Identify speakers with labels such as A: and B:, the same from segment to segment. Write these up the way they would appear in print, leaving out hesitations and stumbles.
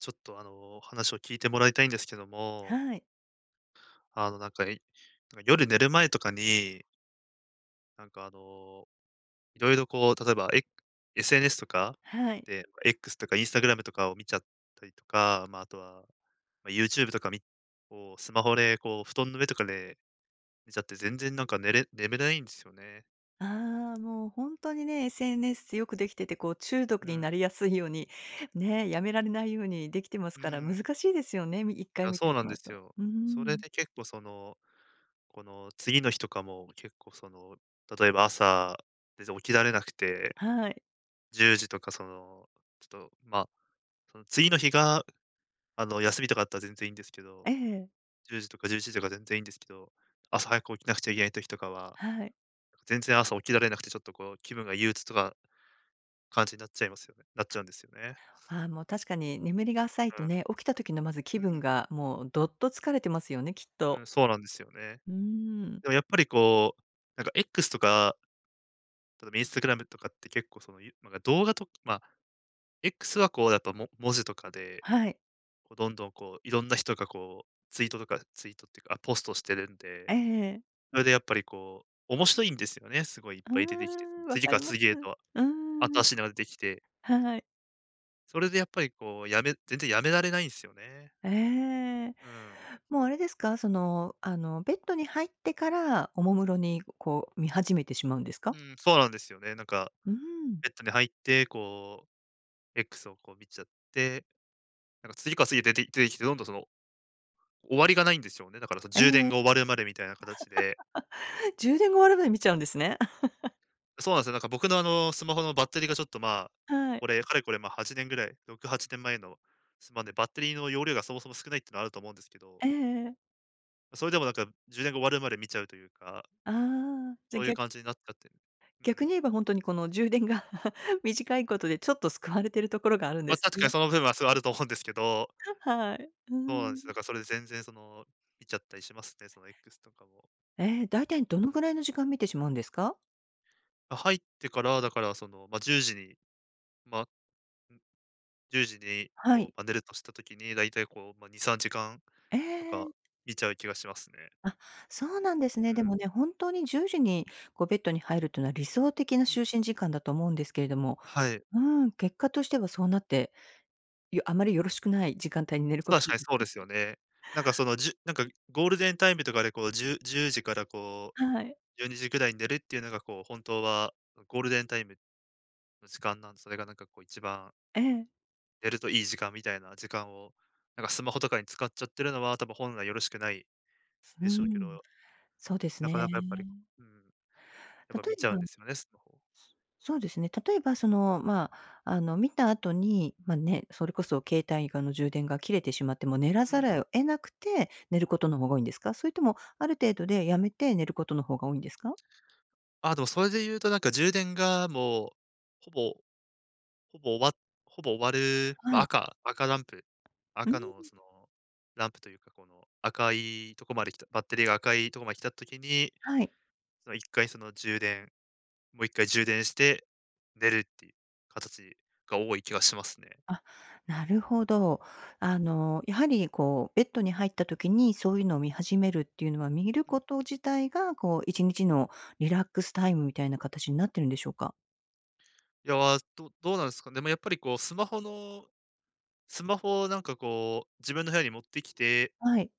A: ちょっと話を聞いてもらいたいんですけども、
B: はい。
A: あのなんか、いなんか夜寝る前とかに、なんかあの、いろいろこう、例えば、SNS とか
B: はい。
A: で、X とか Instagram とかを見ちゃったりとか、まあ、あとは、まあ、YouTube とかをスマホでこう布団の上とかで寝ちゃって、全然なんか眠れないんですよね。
B: ああ、もう本当にね、SNS よくできてて、こう中
A: う
B: 毒に
A: ん、
B: なりやすいように、ね、やめられないようにできてます
A: う
B: から、
A: ん。
B: 難しいですよね、み一
A: い
B: 回
A: や、
B: 見
A: そ
B: て
A: う
B: し
A: なん
B: ま
A: で
B: う
A: す
B: と。
A: よ。
B: うー
A: それ
B: ん。
A: で結構その、この次の日とかも結構その、例えば朝、全然起きられなくて
B: はい。
A: 10時とかその、ちょっと、まあ、その次の日が、あの、休みとかだったら全然いいんですけど、
B: ええ。
A: 10時とか11時とか全然いいんですけど、朝早く起きなくちゃいけない時とかは、
B: はい。
A: 全然朝起きられなくてちょっとこう気分が憂鬱とか感じになっちゃうんですよね。
B: ああ、もう確かに眠りが浅いとね、起きた時のまず気
A: う
B: 分
A: ん。
B: がもうどっと疲れてますよね、きっ
A: うん、う
B: と。
A: ん、そうなんですよね。
B: うーん。
A: でもやっぱりこう、なんか X とか、例えばインスタグラムとかって結構その、なんか動画とまあ、X はこうやっぱも文字とかで、
B: はい。
A: こうどんどんこういろんな人がこうツイートとかツイートっていうか、あ、ポストしてるん
B: え
A: で、
B: え。
A: それでやっぱりこう、面白いんですよね、すごいいっ
B: うー
A: ぱい出てきて、
B: ん、わ
A: 次
B: か
A: か
B: り
A: ら
B: ます。
A: 次へと
B: うー
A: 新
B: ん。
A: しいのが出てきて、
B: はい。
A: それでやっぱりこう、全然やめられないんですよね。
B: ええ。
A: うん。
B: もうあれですか、その、あの、ベッドに入ってから、おもむろにこう見始めてしまうんです
A: う
B: か？
A: ん、そうなんですよね。なんか、
B: うーん。
A: ベッドに入って、こう、X をこう見ちゃって、なんか次から次へ出てきて、どんどんその、終わりがないんですよね。だからその充
B: え
A: 電が終わるまでみたいな形で。
B: え、充電が終わるまで見ちゃうんですね。
A: そうなんですよ、なんか僕のあの、スマホのバッテリーがちょっとまあ、
B: は
A: こ
B: い。
A: れ、かれこれまあ8年ぐらい、6、8年前のスマホで、バッテリーの容量がそもそも少ないっていうのはあると思うんですけど、
B: ええええ。
A: それでもなんか10年後終わるまで見ちゃうというか、
B: ああ、じゃ、
A: そういう
B: ぎゃ
A: 感じになっちゃってる。う
B: 逆に
A: ん。
B: 言えばほんとにこの充電が 短いことでちょっと救われてるところがあるん
A: ま
B: で
A: あ、
B: す
A: 確かに
B: ね。
A: その部分はすごいあると思うんですけど、
B: はい。うー
A: そうなんで
B: ん。
A: す。だからそれで全然その、見ちゃったりしますね、その X とかも。
B: ええ、大体どのぐらいの時間見てしまうんですか？
A: まあ、入ってから、だからその、まあ、10時に、まあ、ん、10時に
B: は
A: こう、
B: い。
A: まあ、寝るとした時に、だいたいこう、まあ、2、3時間
B: え
A: とか
B: え。
A: 見ちゃう気がしますね。
B: あ、そうなんです
A: う
B: ね。で
A: ん。
B: もね、本当に10時にこうベッドに入るというのは理想的な
A: うん。
B: 就寝時間だと思うんですけれども、
A: はい。
B: うん、結果としてはそうなって、あまりよろしくない時間帯に寝ること
A: 確か
B: に。
A: にそうですよね。なんかその、なんかゴールデンタイムとかでこうじゅう、1010時からこう
B: はい、
A: 12時ぐらいに寝るっていうのが、こう、本当はゴールデンタイムの時間なんでそれがなんかこう一番
B: ええ。
A: 寝るといい時間みたいな時間を、なんかスマホとかに使っちゃってるのは、多分本来よろしくない
B: う
A: でしょうけ
B: ん、
A: ど、
B: そうです
A: なか
B: ね。
A: なかやっぱり、うん、やっ
B: 例
A: ぱ
B: え
A: 見ちゃう
B: ば
A: んですよね、スマホ。
B: そうですね、例えばその、まあ、あの、見た後に、ま、ね、それこそ携帯がの充電が切れてしまっても寝ら
A: う
B: ざ
A: ん。
B: るを得なくて寝ることの方が多いんですか？それともある程度でやめて寝ることの方が多いんですか？
A: あ、でもそれで言うとなんか充電がもう、ほぼ、ほぼ終わっほぼ終わる、ま
B: は
A: あ、
B: い。
A: 赤ランプ、
B: う
A: 赤
B: ん、
A: のその、ランプというか、この赤いとこまで来たバッテリーが赤いとこまで来たときに、
B: はい。
A: その一回その充電もう一回充電して、寝るっていう形が多い気がしますね。
B: あ、なるほど。あの、やはりこう、ベッドに入った時にそういうのを見始めるっていうのは、見ること自体がこう、1日のリラックスタイムみたいな形になってるんでしょうか？
A: いやー、どうなんですかね。でもやっぱりこうスマホをなんかこう、自分の部屋に持ってきて、
B: はい。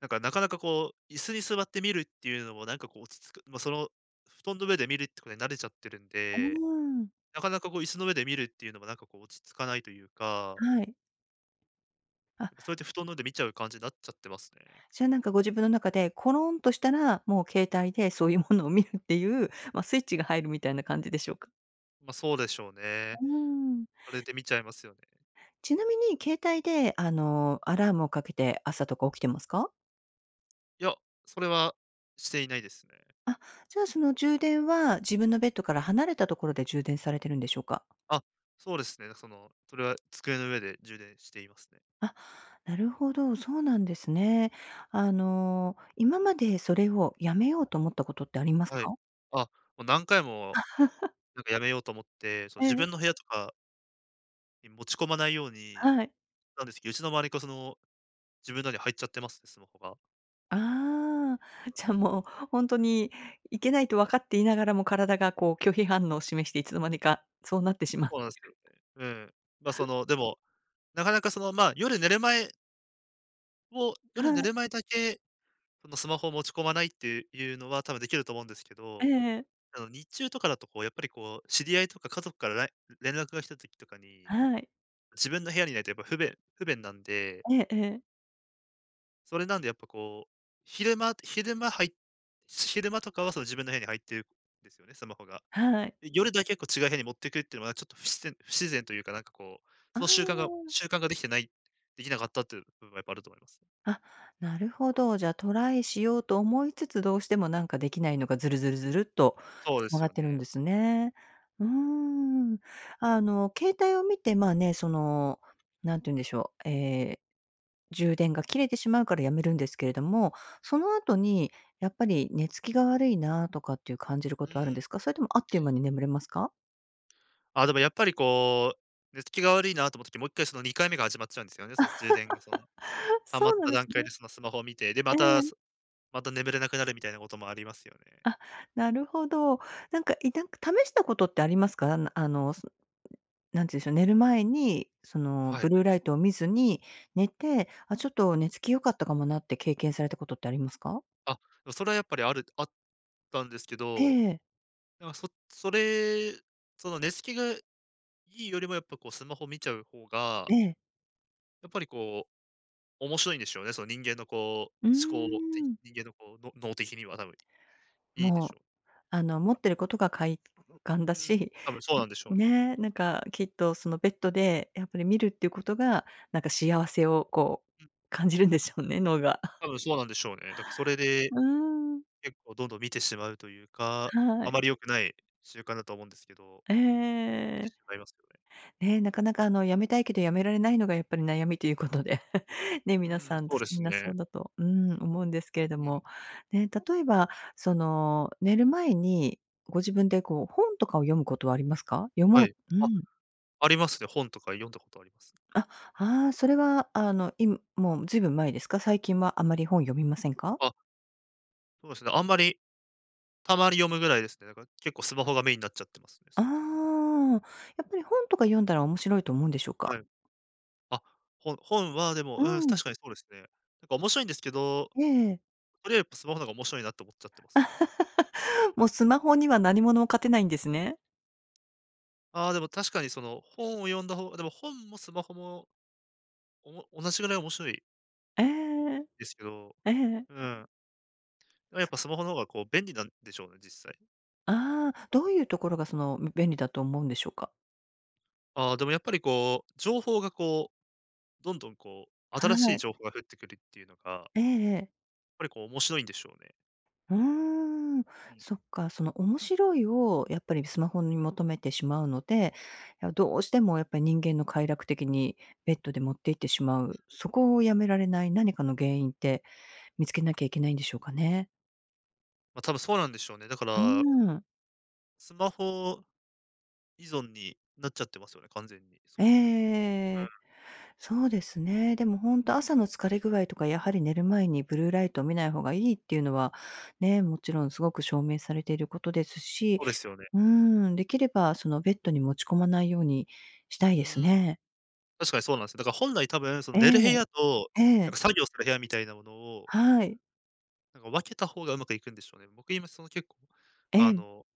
A: なんかなかなかこう、椅子に座って見るっていうのもなんかこう落ち着く、まあ、その布団の上で見るってことに慣れちゃってるん
B: う
A: で、
B: ーん。
A: なかなかこう椅子の上で見るっていうのもなんかこう落ち着かないというか、
B: はい。あ、
A: やっぱそうやって布団の上で見ちゃう感じになっちゃってますね。
B: じゃあなんかご自分の中で、コロンとしたら、もう携帯でそういうものを見るっていう、ま、スイッチが入るみたいな感じでしょうか？
A: ま、そうでしょうね。
B: うーん。
A: それで見ちゃいますよね。
B: ちなみに携帯で、あの、アラームをかけて朝とか起きてますか？
A: いや、それはしていないですね。
B: あ、じゃあその充電は自分のベッドから離れたところで充電されてるんでしょうか？
A: あ、そうですね。その、それは机の上で充電していますね。
B: あ、なるほど、そうなんですね。あの、今までそれをやめようと思ったことってあります
A: はい。
B: か？
A: あ、もう何回もなんかやめようと思って、その
B: え
A: 自
B: え、
A: 分の部屋とかに持ち込まないように
B: はい。
A: なんですけど、うちの周りがその、自分のに入っちゃってますね、スマホが。
B: ああ、じゃあもうほんとにいけないと分かっていながらも体がこう拒否反応を示していつの間にかそうなってしまう。
A: そうなんですよね。うん。ま、その、でも、なかなかその、ま、
B: は
A: 夜寝
B: い、
A: る前だけ、そのスマホを持ち込まないっていうのは多分できると思うんですけど、
B: ええ
A: あの、日中とかだとこうやっぱりこう、知り合いとか家族から連絡が来た時とかに
B: はい。
A: 自分の部屋にないとやっぱ不便なんで、
B: ええええ。
A: それなんでやっぱこう、昼間昼間入っ昼間とかはその自分の部屋に入ってるんですよね、スマホが。
B: はい。
A: で、夜だけ結構違う部屋に持ってくっていうのはちょっと不自然というか、なんかこう、
B: ああ。
A: その習慣ができなかったっていう部分はやっぱあると思いますね。
B: あ、なるほど。じゃあ、トライしようと思いつつ、どうしてもなんかできないのがずるずるずるっと
A: そうで
B: つな
A: す
B: が
A: よ
B: ってるん
A: ね。
B: ですね。うーん。あの、携帯を見て、まあね、その、なんて言うんでしょう、ええ、充電が切れてしまうからやめるんですけれども、その後にやっぱり寝つきが悪いなとかっていう感じるこ
A: うん。
B: とはあるんですか？それともあっという間に眠れますか？
A: あ、でもやっぱりこう、寝つきが悪いなと思った時、もう一回その2回目が始まっちゃうんですよね。その充電がその、
B: あ、
A: 溜ま
B: そ
A: っ
B: うなん
A: た
B: で
A: 段
B: す
A: 階
B: ね。
A: でそのスマホを見て、で、ま
B: え
A: た、
B: え。
A: また眠れなくなるみたいなこともありますよね。
B: あ、なるほど。なんか、なんか試したことってありますか？あのなんて言うんでしょう、寝る前に、その、
A: は
B: ブ
A: い。
B: ルーライトを見ずに寝て、あ、ちょっと寝つき良かったかもなって経験されたことってありますか？
A: あ、それはやっぱりあったんですけ
B: え
A: ど、
B: え、
A: なんかそそれ、その寝つきがいいよりもやっぱこうスマホ見ちゃう方が、
B: ええ。
A: やっぱりこう面白いんでしょうね。
B: うーん。
A: 人間のこうの脳的には多分いいんで
B: も
A: し
B: う、
A: ょう。
B: あの、持ってることが快感
A: う
B: だ
A: ん、
B: し、
A: 多分そう なんでしょうね。
B: ね、なんかきっとそのベッドでやっぱり見るっていうことが、なんか幸せをこう
A: うん、
B: 感じるんでしょうね、脳が。
A: 多分そうなんでしょうね。だからそれで
B: うーん、
A: 結構どんどん見てしまうというか、
B: は
A: あま
B: い。
A: り良くない習慣だと思うんですけど、
B: え
A: 見て
B: え。
A: しまいますよね。
B: ね、なかなかあの、辞めたいけど辞められないのがやっぱり悩みということで ね、
A: う
B: 皆
A: ん、
B: さん
A: そ
B: と
A: うで
B: み
A: す
B: んなそ
A: ね。
B: うだと、うん、思うんですけれ
A: う
B: ど
A: ん、
B: も、ね、例えば、その、寝る前にご自分でこう、本とかを読むことはありますか？読
A: は
B: もう
A: い。
B: う
A: あ、
B: ん。
A: ありますね。本とか読んだことあります。
B: あ、ああそれはあの、今もうずいぶん前ですか？最近はあまり本読みませんか？
A: あ、そうですね、あんまり、たまに読むぐらいですね。だから結構スマホがメインになっちゃってますね、
B: ああ
A: そう。
B: ー、やっぱり本とか読んだら面白いと思うんでしょう
A: は
B: か？
A: い。あ、本はでも、
B: う
A: うん、
B: ん、
A: 確かにそうですね。なんか面白いんですけど、
B: ええ。
A: とりあえずスマホの方が面白いなって思っちゃってますね。
B: もうスマホには何者も勝てないんですね。
A: ああ、でも確かにその本を読んだ方がでも本もスマホも、同じぐらい面白い
B: ええ、
A: ですけど、
B: ええ。
A: うん。でもやっぱスマホの方がこう便利なんでしょうね、実際。
B: ああ、どういうところがその、便利だと思うんでしょうか？
A: ああ、でもやっぱりこう、情報がこう、どんどんこう、新
B: は
A: しい
B: い。
A: 情報が降ってくるっていうのが、や
B: ええええ。
A: っぱりこう面白いんでしょうね。
B: うーん、
A: うん。
B: そっか、その面白いをやっぱりスマホに求めてしまうので、どうしてもやっぱり人間の快楽的にベッドで持っていってしまう、そこをやめられない何かの原因って見つけなきゃいけないんでしょうかね？
A: ま、多分そうなんでしょうね。だか
B: うー
A: ら
B: ん。
A: スマホ依存になっちゃってますよね、完全に、そ
B: えええ
A: れ。
B: え
A: うん、
B: ええええ。そうですね。でも本当朝の疲れ具合とか、やはり寝る前にブルーライトを見ない方がいいっていうのは、ね、もちろんすごく証明されていることですし、
A: そうですよね。
B: うーん、できればそのベッドに持ち込まないようにしたい
A: う
B: です
A: ん、
B: ね。
A: 確かにそうなんですよ。だから本来多分、その
B: え
A: 寝る部屋と、
B: え、え
A: なん
B: え、
A: か作業する部屋みたいなものを、
B: はい、
A: なんか分けた方がうまくいくんでしょうね。僕今その結構、
B: え
A: あ
B: え、
A: の、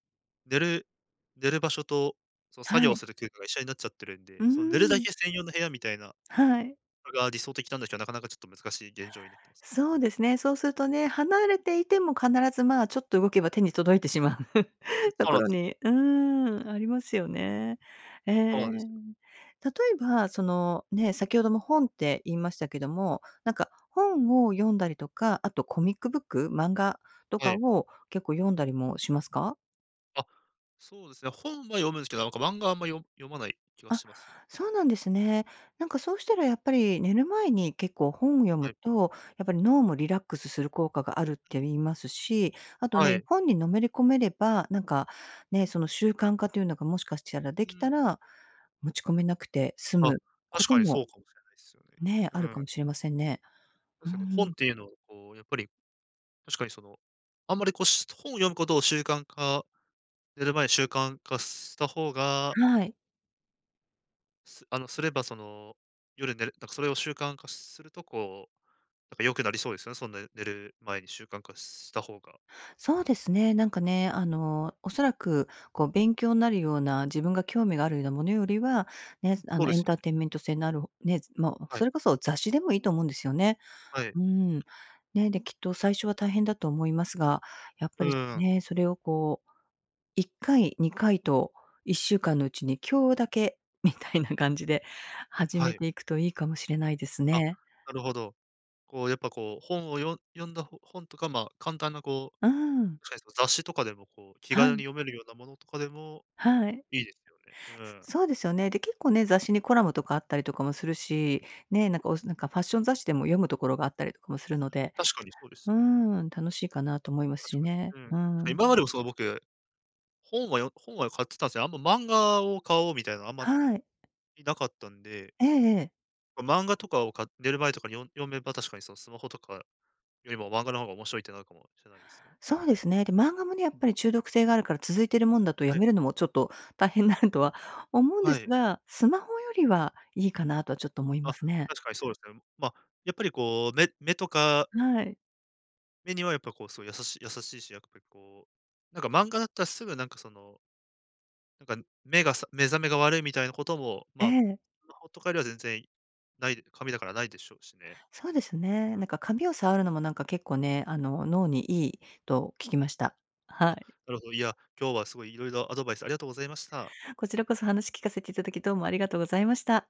A: 寝る寝る場所と、その
B: は
A: 作業
B: い。
A: する空間が一緒になっちゃってるん
B: う
A: で、
B: ー
A: その寝るだ
B: ん、
A: け専用の部屋みたいな
B: はい。
A: のが理想的なんだけど、なかなかちょっと難しい現状になってます。
B: そうですね。そうするとね、離れていても必ず、まあ、ちょっと動けば手に届いてしまう
A: うん、
B: と
A: そう
B: こ
A: なんで
B: ろ
A: す。
B: にありますよね。え
A: そう
B: え。
A: なんです
B: 例
A: よ。
B: えば、その、ね、先ほども本って言いましたけども、なんか本を読んだりとか、あとコミックブック、漫画と
A: は
B: か
A: い。
B: を結構読んだりもしますか？
A: あ、そうですね、本は読むんですけど、なんか漫画はあんま読まない気が
B: あ、
A: しますね。
B: そうなんですね。なんかそうしたらやっぱり寝る前に結構本を読
A: は
B: む
A: い。
B: と、やっぱり脳もリラックスする効果があるって言いますし、あと
A: は
B: ね、
A: い。
B: 本にのめり込めれば、なんかね、その習慣化というのがもしかしたら
A: う
B: できた
A: ん。
B: ら、持ち込めなくて済
A: あ、
B: むこ
A: 確
B: と
A: かにそ
B: も
A: うかもしれないですよね。
B: ね、
A: う
B: あるかも
A: ん。
B: しれませんね。う
A: 確かに本っ
B: ん、
A: ていうのをこう、やっぱり確かにその、あんまりこう、本を読むことを習慣化寝る前に習慣化した方が、
B: はい。
A: すればその、夜寝るなんかそれを習慣化するとこう、なんか良くなりそうですよね、そんな寝る前に習慣化した方が。
B: そうですね。なんかね、あの、おそらく、こう、勉強になるような、自分が興味があるようなものよりは、ね、あ
A: そう
B: の、
A: で
B: エ
A: す
B: ン
A: よ
B: ター
A: ね。
B: テインメント性のある、ね、まあ、
A: は
B: そ
A: い。
B: れこそ雑誌でもいいと思うんですよね。
A: はい。
B: うん。ね、で、きっと最初は大変だと思いますが、やっ
A: う
B: ぱり
A: ん。
B: ね、それをこう、1回、2回と1週間のうちに今日だけみたいな感じで始
A: は
B: め
A: い。
B: ていくといいかもしれないです
A: あ、
B: ね。
A: なるほど。こうやっぱこう、本をよ読んだほ本とか、まあ、簡単なこう、
B: うん。
A: 確かにその雑誌とかでもこう、気
B: は
A: 軽に
B: い、
A: 読めるようなものとかでも
B: はい。
A: いいですよね。うん。
B: そうですよね。で、結構ね、雑誌にコラムとかあったりとかもするし、ね、なんかなんかファッション雑誌でも読むところがあったりとかもす
A: う
B: るの
A: ん、
B: で、
A: 確かにそうです
B: うー
A: ね。
B: ん、楽しいかなと思います
A: 確
B: し
A: か
B: ね。
A: に。うん。
B: うん。
A: 今までもその僕、本は買ってたんですよ。あんま漫画を買おうみたいなあんま
B: はい。
A: りなかったんで、
B: ええええ。
A: ま漫画とかを寝る前とかに読めば確かにそのスマホとかよりも漫画の方が面白いってなるかもしれないですね。
B: そうですね。で、漫画もね、やっぱり中毒性があるから続いてるもんだとや
A: はい、
B: めるのもちょっと大変になるとは思うんで
A: は
B: す
A: い。
B: が、スマホよりはいいかなとはちょっと思いま
A: あ、
B: すね。
A: 確かにそうですね。まあ、やっぱりこう、目目とか
B: はい。
A: 目にはやっぱこうすごい優しいし、やっぱりこう、なんか漫画だったらすぐなんかその、なんか目覚めが悪いみたいなことも、
B: え
A: まあ、
B: え。
A: スマホとかよりは全然ないで紙だからないでしょうしね。
B: そうですね。
A: う
B: な
A: ん。
B: んか紙を触るのもなんか結構ね、あの、脳にいいと聞きました。はい。
A: なるほど、いや、今日はすごい色々アドバイスありがとうございました。
B: こちらこそ話聞かせていただき、どうもありがとうございました。